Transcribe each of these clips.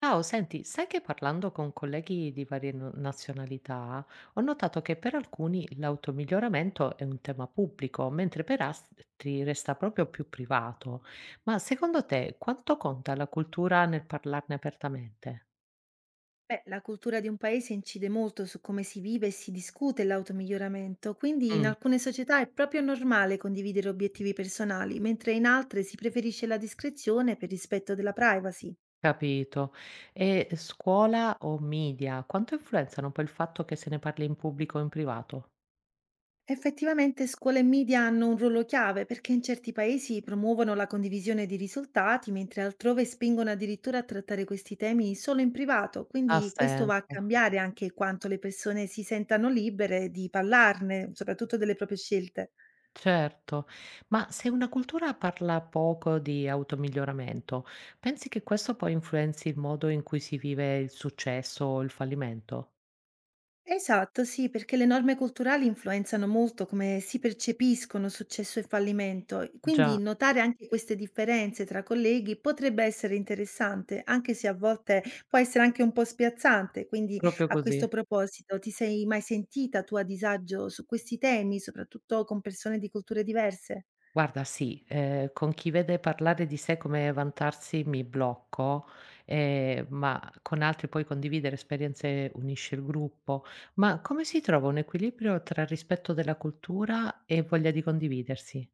Ciao, senti, sai che parlando con colleghi di varie nazionalità ho notato che per alcuni l'automiglioramento è un tema pubblico, mentre per altri resta proprio più privato. Ma secondo te quanto conta la cultura nel parlarne apertamente? Beh, la cultura di un paese incide molto su come si vive e si discute l'automiglioramento, quindi in Mm, alcune società è proprio normale condividere obiettivi personali, mentre in altre si preferisce la discrezione per rispetto della privacy. capito. E scuola o media, quanto influenzano poi il fatto che se ne parli in pubblico o in privato? Effettivamente scuola e media hanno un ruolo chiave perché in certi paesi promuovono la condivisione di risultati, mentre altrove spingono addirittura a trattare questi temi solo in privato, Ha quindi questo va a senso. cambiare anche quanto le persone si sentano libere di parlarne, soprattutto delle proprie scelte. Certo, ma se una cultura parla poco di automiglioramento, pensi che questo poi influenzi il modo in cui si vive il successo o il fallimento? Esatto, sì, perché le norme culturali influenzano molto come si percepiscono successo e fallimento, quindi Già, notare anche queste differenze tra colleghi potrebbe essere interessante, anche se a volte può essere anche un po' spiazzante. Quindi proprio a così. questo proposito, ti sei mai sentita tu a disagio su questi temi, soprattutto con persone di culture diverse? Guarda, sì, con chi vede parlare di sé come vantarsi mi blocco, ma con altri poi condividere esperienze unisce il gruppo. Ma come si trova un equilibrio tra rispetto della cultura e voglia di condividersi?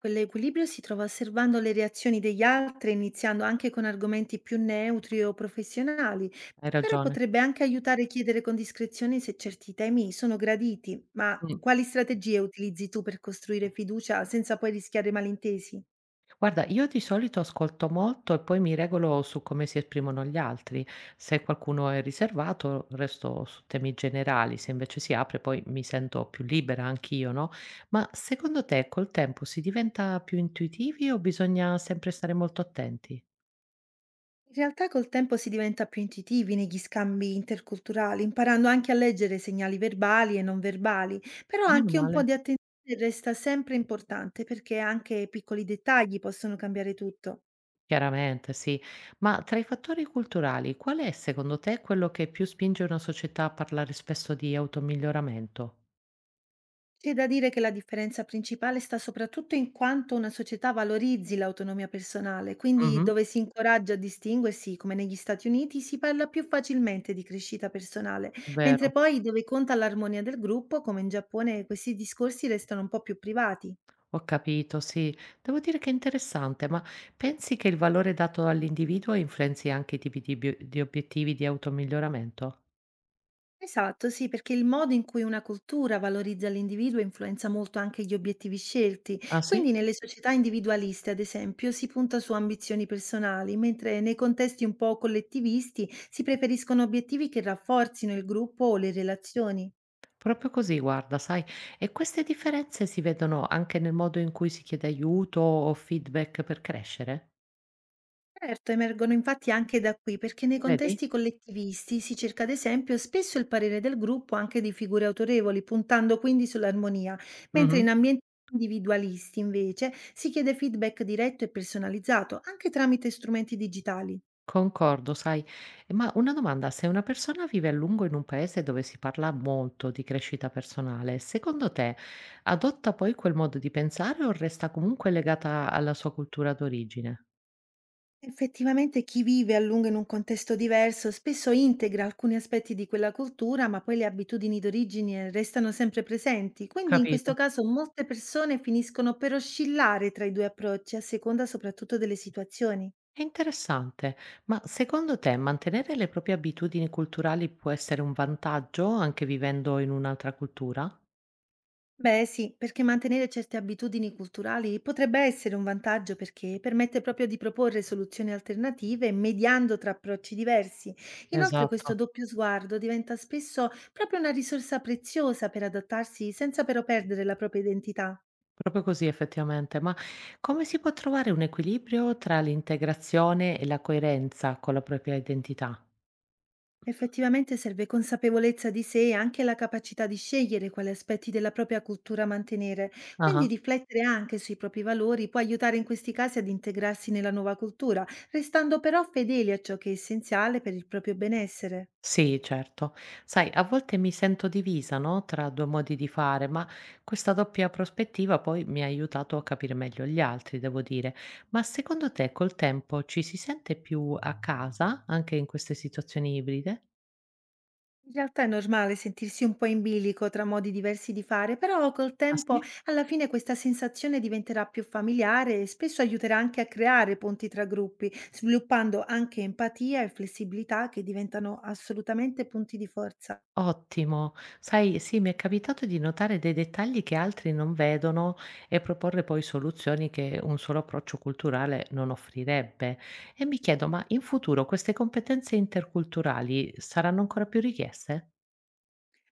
Quell'equilibrio si trova osservando le reazioni degli altri, iniziando anche con argomenti più neutri o professionali, Hai però ragione. potrebbe anche aiutare a chiedere con discrezione se certi temi sono graditi. Ma quali strategie utilizzi tu per costruire fiducia senza poi rischiare malintesi? Guarda, io di solito ascolto molto e poi mi regolo su come si esprimono gli altri. Se qualcuno è riservato, resto su temi generali, se invece si apre, poi mi sento più libera anch'io, no? Ma secondo te col tempo si diventa più intuitivi o bisogna sempre stare molto attenti? In realtà col tempo si diventa più intuitivi negli scambi interculturali, imparando anche a leggere segnali verbali e non verbali, però Meno anche un po' male. di attenzione resta sempre importante perché anche piccoli dettagli possono cambiare tutto. Chiaramente, sì. Ma tra i fattori culturali, qual è secondo te quello che più spinge una società a parlare spesso di automiglioramento? C'è da dire che la differenza principale sta soprattutto in quanto una società valorizzi l'autonomia personale, quindi Mhm, dove si incoraggia a distinguersi, come negli Stati Uniti, si parla più facilmente di crescita personale, mentre vero. poi dove conta l'armonia del gruppo, come in Giappone, questi discorsi restano un po' più privati. Ho capito, sì. Devo dire che è interessante, ma pensi che il valore dato all'individuo influenzi anche i tipi di, di obiettivi di automiglioramento? Esatto, sì, perché il modo in cui una cultura valorizza l'individuo influenza molto anche gli obiettivi scelti. Ah Quindi sì? nelle società individualiste, ad esempio, si punta su ambizioni personali, mentre nei contesti un po' collettivisti si preferiscono obiettivi che rafforzino il gruppo o le relazioni. Proprio così, guarda, sai, e queste differenze si vedono anche nel modo in cui si chiede aiuto o feedback per crescere? Certo, emergono infatti anche da qui, perché nei Vedi? contesti collettivisti si cerca ad esempio spesso il parere del gruppo anche di figure autorevoli, puntando quindi sull'armonia, mentre in ambienti individualisti invece si chiede feedback diretto e personalizzato, anche tramite strumenti digitali. Concordo, sai. Ma una domanda, se una persona vive a lungo in un paese dove si parla molto di crescita personale, secondo te adotta poi quel modo di pensare o resta comunque legata alla sua cultura d'origine? Effettivamente chi vive a lungo in un contesto diverso spesso integra alcuni aspetti di quella cultura, ma poi le abitudini d'origine restano sempre presenti. Quindi in questo Capito. caso molte persone finiscono per oscillare tra i due approcci, a seconda soprattutto delle situazioni. È interessante, ma secondo te mantenere le proprie abitudini culturali può essere un vantaggio anche vivendo in un'altra cultura? Beh, sì, perché mantenere certe abitudini culturali potrebbe essere un vantaggio perché permette proprio di proporre soluzioni alternative mediando tra approcci diversi. Inoltre, questo Esatto. doppio sguardo diventa spesso proprio una risorsa preziosa per adattarsi senza però perdere la propria identità. Proprio così effettivamente, ma come si può trovare un equilibrio tra l'integrazione e la coerenza con la propria identità? Effettivamente serve consapevolezza di sé e anche la capacità di scegliere quali aspetti della propria cultura mantenere, quindi Ah-ah. riflettere anche sui propri valori può aiutare in questi casi ad integrarsi nella nuova cultura, restando però fedeli a ciò che è essenziale per il proprio benessere. Sì, certo. Sai, a volte mi sento divisa, no, tra due modi di fare, ma questa doppia prospettiva poi mi ha aiutato a capire meglio gli altri, devo dire. Ma secondo te col tempo ci si sente più a casa anche in queste situazioni ibride? In realtà è normale sentirsi un po' in bilico tra modi diversi di fare, però col Ah, tempo sì? alla fine questa sensazione diventerà più familiare e spesso aiuterà anche a creare ponti tra gruppi, sviluppando anche empatia e flessibilità che diventano assolutamente punti di forza. Ottimo. Sai, sì, mi è capitato di notare dei dettagli che altri non vedono e proporre poi soluzioni che un solo approccio culturale non offrirebbe. E mi chiedo, ma in futuro queste competenze interculturali saranno ancora più richieste?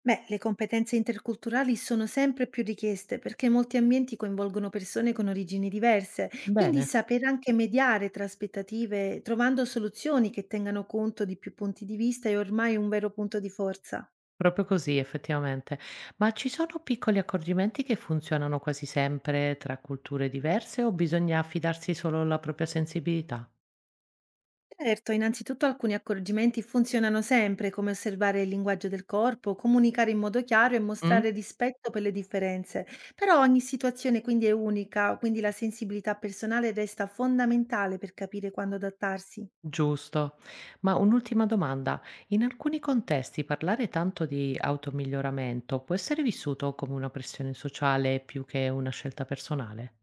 Beh, le competenze interculturali sono sempre più richieste perché molti ambienti coinvolgono persone con origini diverse, quindi Bene, saper anche mediare tra aspettative, trovando soluzioni che tengano conto di più punti di vista, è ormai un vero punto di forza. proprio così, effettivamente. Ma ci sono piccoli accorgimenti che funzionano quasi sempre tra culture diverse o bisogna affidarsi solo alla propria sensibilità? Certo, innanzitutto alcuni accorgimenti funzionano sempre, come osservare il linguaggio del corpo, comunicare in modo chiaro e Mm? mostrare rispetto per le differenze. Però ogni situazione quindi è unica, quindi la sensibilità personale resta fondamentale per capire quando adattarsi. Giusto. Ma un'ultima domanda. In alcuni contesti parlare tanto di automiglioramento può essere vissuto come una pressione sociale più che una scelta personale.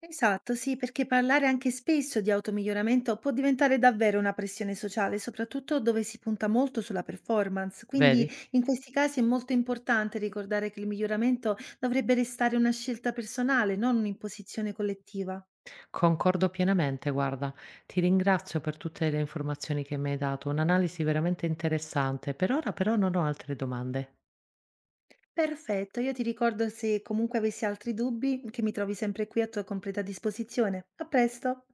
Esatto, sì, perché parlare anche spesso di automiglioramento può diventare davvero una pressione sociale, soprattutto dove si punta molto sulla performance. Quindi Vedi? in questi casi è molto importante ricordare che il miglioramento dovrebbe restare una scelta personale, non un'imposizione collettiva. Concordo pienamente, guarda. Ti ringrazio per tutte le informazioni che mi hai dato, un'analisi veramente interessante. Per ora però non ho altre domande. Perfetto, io ti ricordo se comunque avessi altri dubbi che mi trovi sempre qui a tua completa disposizione. A presto!